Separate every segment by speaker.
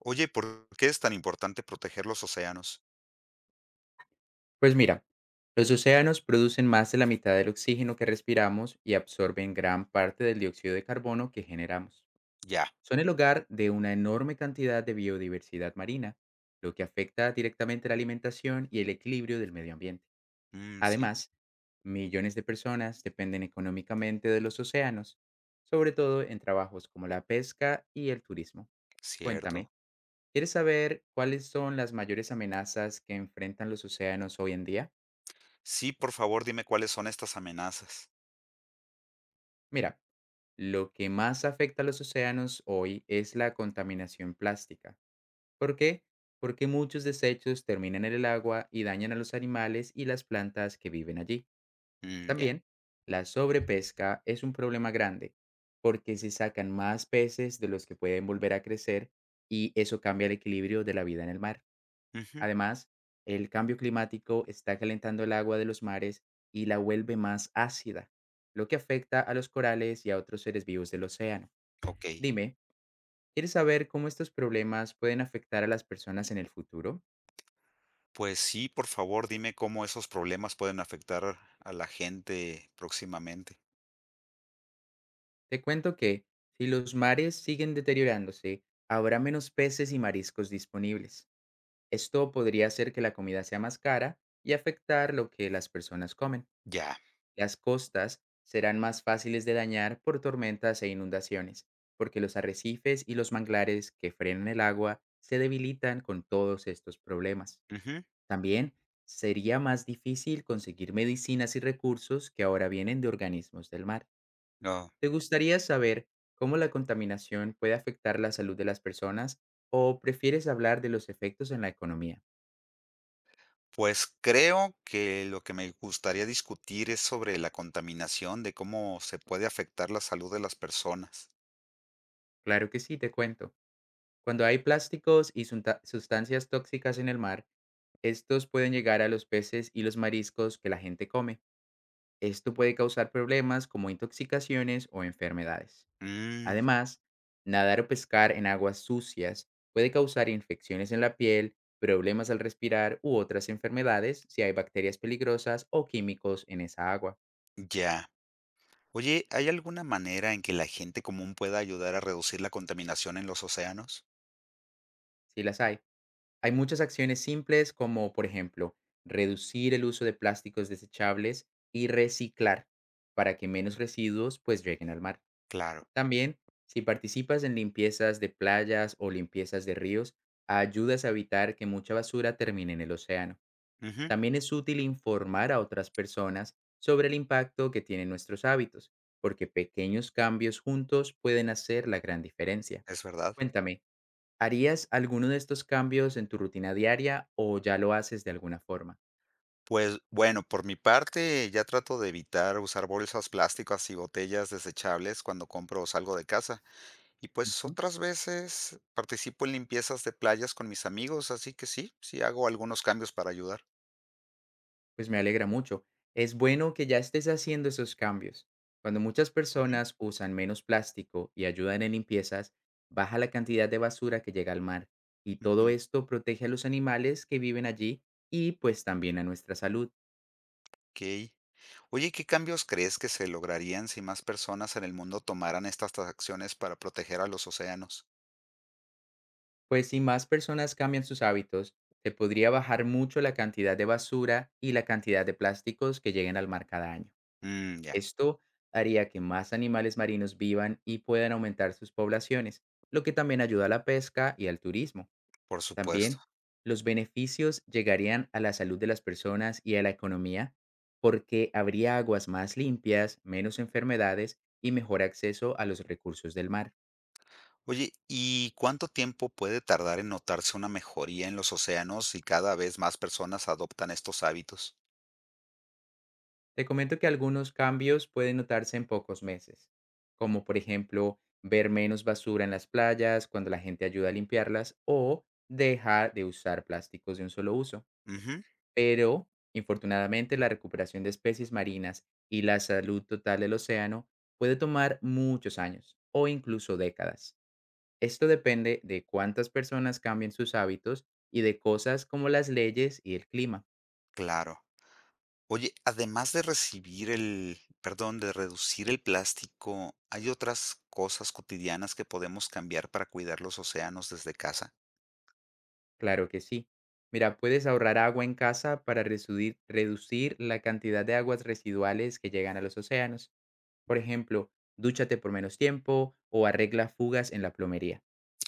Speaker 1: Oye, ¿por qué es tan importante proteger los océanos?
Speaker 2: Pues mira, los océanos producen más de la mitad del oxígeno que respiramos y absorben gran parte del dióxido de carbono que generamos.
Speaker 1: Ya.
Speaker 2: Son el hogar de una enorme cantidad de biodiversidad marina, lo que afecta directamente la alimentación y el equilibrio del medio ambiente.
Speaker 1: Mm, sí,
Speaker 2: Además, millones de personas dependen económicamente de los océanos, sobre todo en trabajos como la pesca y el turismo.
Speaker 1: cierto.
Speaker 2: Cuéntame, ¿quieres saber cuáles son las mayores amenazas que enfrentan los océanos hoy en día?
Speaker 1: Sí, por favor, dime cuáles son estas amenazas.
Speaker 2: Mira, lo que más afecta a los océanos hoy es la contaminación plástica. ¿Por qué? Porque muchos desechos terminan en el agua y dañan a los animales y las plantas que viven allí.
Speaker 1: Mm, ya.
Speaker 2: También, la sobrepesca es un problema grande, porque se sacan más peces de los que pueden volver a crecer y eso cambia el equilibrio de la vida en el mar.
Speaker 1: Ujú,
Speaker 2: Además, el cambio climático está calentando el agua de los mares y la vuelve más ácida, lo que afecta a los corales y a otros seres vivos del océano.
Speaker 1: ok.
Speaker 2: Dime, ¿quieres saber cómo estos problemas pueden afectar a las personas en el futuro?
Speaker 1: Pues sí, por favor, dime cómo esos problemas pueden afectar a la gente próximamente.
Speaker 2: Te cuento que, si los mares siguen deteriorándose, habrá menos peces y mariscos disponibles. Esto podría hacer que la comida sea más cara y afectar lo que las personas comen.
Speaker 1: Ya.
Speaker 2: Las costas serán más fáciles de dañar por tormentas e inundaciones, porque los arrecifes y los manglares que frenan el agua se debilitan con todos estos problemas.
Speaker 1: Ujú.
Speaker 2: También sería más difícil conseguir medicinas y recursos que ahora vienen de organismos del mar.
Speaker 1: No.
Speaker 2: ¿Te gustaría saber cómo la contaminación puede afectar la salud de las personas o prefieres hablar de los efectos en la economía?
Speaker 1: Pues creo que lo que me gustaría discutir es sobre la contaminación, de cómo se puede afectar la salud de las personas.
Speaker 2: Claro que sí, te cuento. Cuando hay plásticos y sustancias tóxicas en el mar, estos pueden llegar a los peces y los mariscos que la gente come. Esto puede causar problemas como intoxicaciones o enfermedades.
Speaker 1: Mm,
Speaker 2: Además, nadar o pescar en aguas sucias puede causar infecciones en la piel, problemas al respirar u otras enfermedades si hay bacterias peligrosas o químicos en esa agua,
Speaker 1: ya. Oye, ¿hay alguna manera en que la gente común pueda ayudar a reducir la contaminación en los océanos?
Speaker 2: si las hay. Hay muchas acciones simples como, por ejemplo, reducir el uso de plásticos desechables y reciclar para que menos residuos pues lleguen al mar.
Speaker 1: Claro,
Speaker 2: También, si participas en limpiezas de playas o limpiezas de ríos, ayudas a evitar que mucha basura termine en el océano.
Speaker 1: ujú,
Speaker 2: También es útil informar a otras personas sobre el impacto que tienen nuestros hábitos, porque pequeños cambios juntos pueden hacer la gran diferencia.
Speaker 1: es verdad.
Speaker 2: Cuéntame, ¿harías alguno de estos cambios en tu rutina diaria o ya lo haces de alguna forma?
Speaker 1: Pues bueno, por mi parte ya trato de evitar usar bolsas plásticas y botellas desechables cuando compro o salgo de casa. Y pues
Speaker 2: Ujú.
Speaker 1: otras veces participo en limpiezas de playas con mis amigos, así que sí, hago algunos cambios para ayudar.
Speaker 2: Pues me alegra mucho. Es bueno que ya estés haciendo esos cambios. Cuando muchas
Speaker 1: Ujú,
Speaker 2: personas usan menos plástico y ayudan en limpiezas, baja la cantidad de basura que llega al mar. Y todo
Speaker 1: ujú.
Speaker 2: esto protege a los animales que viven allí y pues también a nuestra salud.
Speaker 1: Ok. Oye, ¿qué cambios crees que se lograrían si más personas en el mundo tomaran estas acciones para proteger a los océanos?
Speaker 2: Pues si más personas cambian sus hábitos, se podría bajar mucho la cantidad de basura y la cantidad de plásticos que lleguen al mar cada año.
Speaker 1: Mm, ya,
Speaker 2: Esto haría que más animales marinos vivan y puedan aumentar sus poblaciones, lo que también ayuda a la pesca y al turismo.
Speaker 1: por supuesto.
Speaker 2: También, los beneficios llegarían a la salud de las personas y a la economía porque habría aguas más limpias, menos enfermedades y mejor acceso a los recursos del mar.
Speaker 1: Oye, ¿y cuánto tiempo puede tardar en notarse una mejoría en los océanos si cada vez más personas adoptan estos hábitos?
Speaker 2: Te comento que algunos cambios pueden notarse en pocos meses, como por ejemplo ver menos basura en las playas cuando la gente ayuda a limpiarlas o dejar de usar plásticos de un solo uso.
Speaker 1: Ujú,
Speaker 2: Pero, infortunadamente, la recuperación de especies marinas y la salud total del océano puede tomar muchos años o incluso décadas. Esto depende de cuántas personas cambien sus hábitos y de cosas como las leyes y el clima.
Speaker 1: claro. Oye, además de recibir el, perdón, de reducir el plástico, ¿hay otras cosas cotidianas que podemos cambiar para cuidar los océanos desde casa?
Speaker 2: Claro que sí. Mira, puedes ahorrar agua en casa para reducir la cantidad de aguas residuales que llegan a los océanos. Por ejemplo, dúchate por menos tiempo o arregla fugas en la plomería.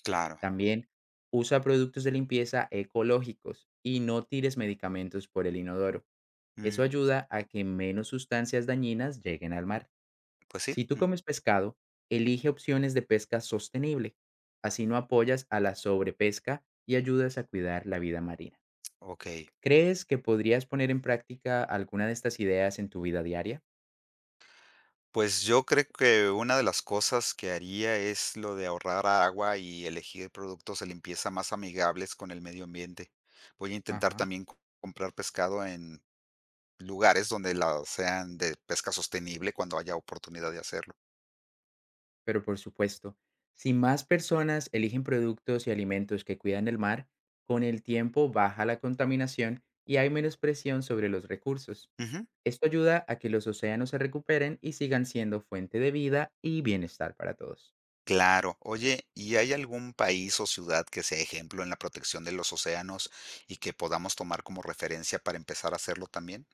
Speaker 1: Claro.
Speaker 2: También usa productos de limpieza ecológicos y no tires medicamentos por el inodoro.
Speaker 1: Mm,
Speaker 2: Eso ayuda a que menos sustancias dañinas lleguen al mar.
Speaker 1: pues sí.
Speaker 2: Si tú
Speaker 1: Mm,
Speaker 2: comes pescado, elige opciones de pesca sostenible. Así no apoyas a la sobrepesca y ayudas a cuidar la vida marina.
Speaker 1: ok.
Speaker 2: ¿Crees que podrías poner en práctica alguna de estas ideas en tu vida diaria?
Speaker 1: Pues yo creo que una de las cosas que haría es lo de ahorrar agua y elegir productos de limpieza más amigables con el medio ambiente. Voy a intentar
Speaker 2: Ajá.
Speaker 1: también comprar pescado en lugares donde la sean de pesca sostenible cuando haya oportunidad de hacerlo.
Speaker 2: Pero por supuesto, si más personas eligen productos y alimentos que cuidan el mar, con el tiempo baja la contaminación y hay menos presión sobre los recursos.
Speaker 1: Ujú,
Speaker 2: Esto ayuda a que los océanos se recuperen y sigan siendo fuente de vida y bienestar para todos.
Speaker 1: claro. Oye, ¿y hay algún país o ciudad que sea ejemplo en la protección de los océanos y que podamos tomar como referencia para empezar a hacerlo también?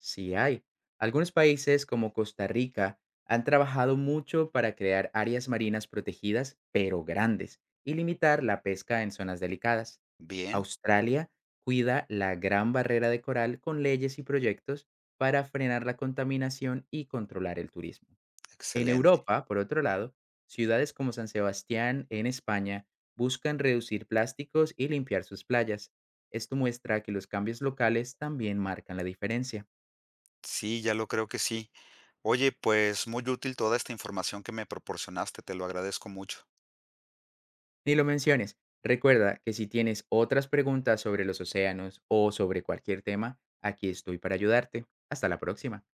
Speaker 2: Sí hay. Algunos países como Costa Rica han trabajado mucho para crear áreas marinas protegidas, pero grandes, y limitar la pesca en zonas delicadas.
Speaker 1: Bien,
Speaker 2: Australia cuida la gran barrera de coral con leyes y proyectos para frenar la contaminación y controlar el turismo. En
Speaker 1: excelente.
Speaker 2: Europa, por otro lado, ciudades como San Sebastián, en España, buscan reducir plásticos y limpiar sus playas. Esto muestra que los cambios locales también marcan la diferencia.
Speaker 1: Sí, ya lo creo que sí. Oye, pues muy útil toda esta información que me proporcionaste, te lo agradezco mucho.
Speaker 2: Ni lo menciones. Recuerda que si tienes otras preguntas sobre los océanos o sobre cualquier tema, aquí estoy para ayudarte. Hasta la próxima.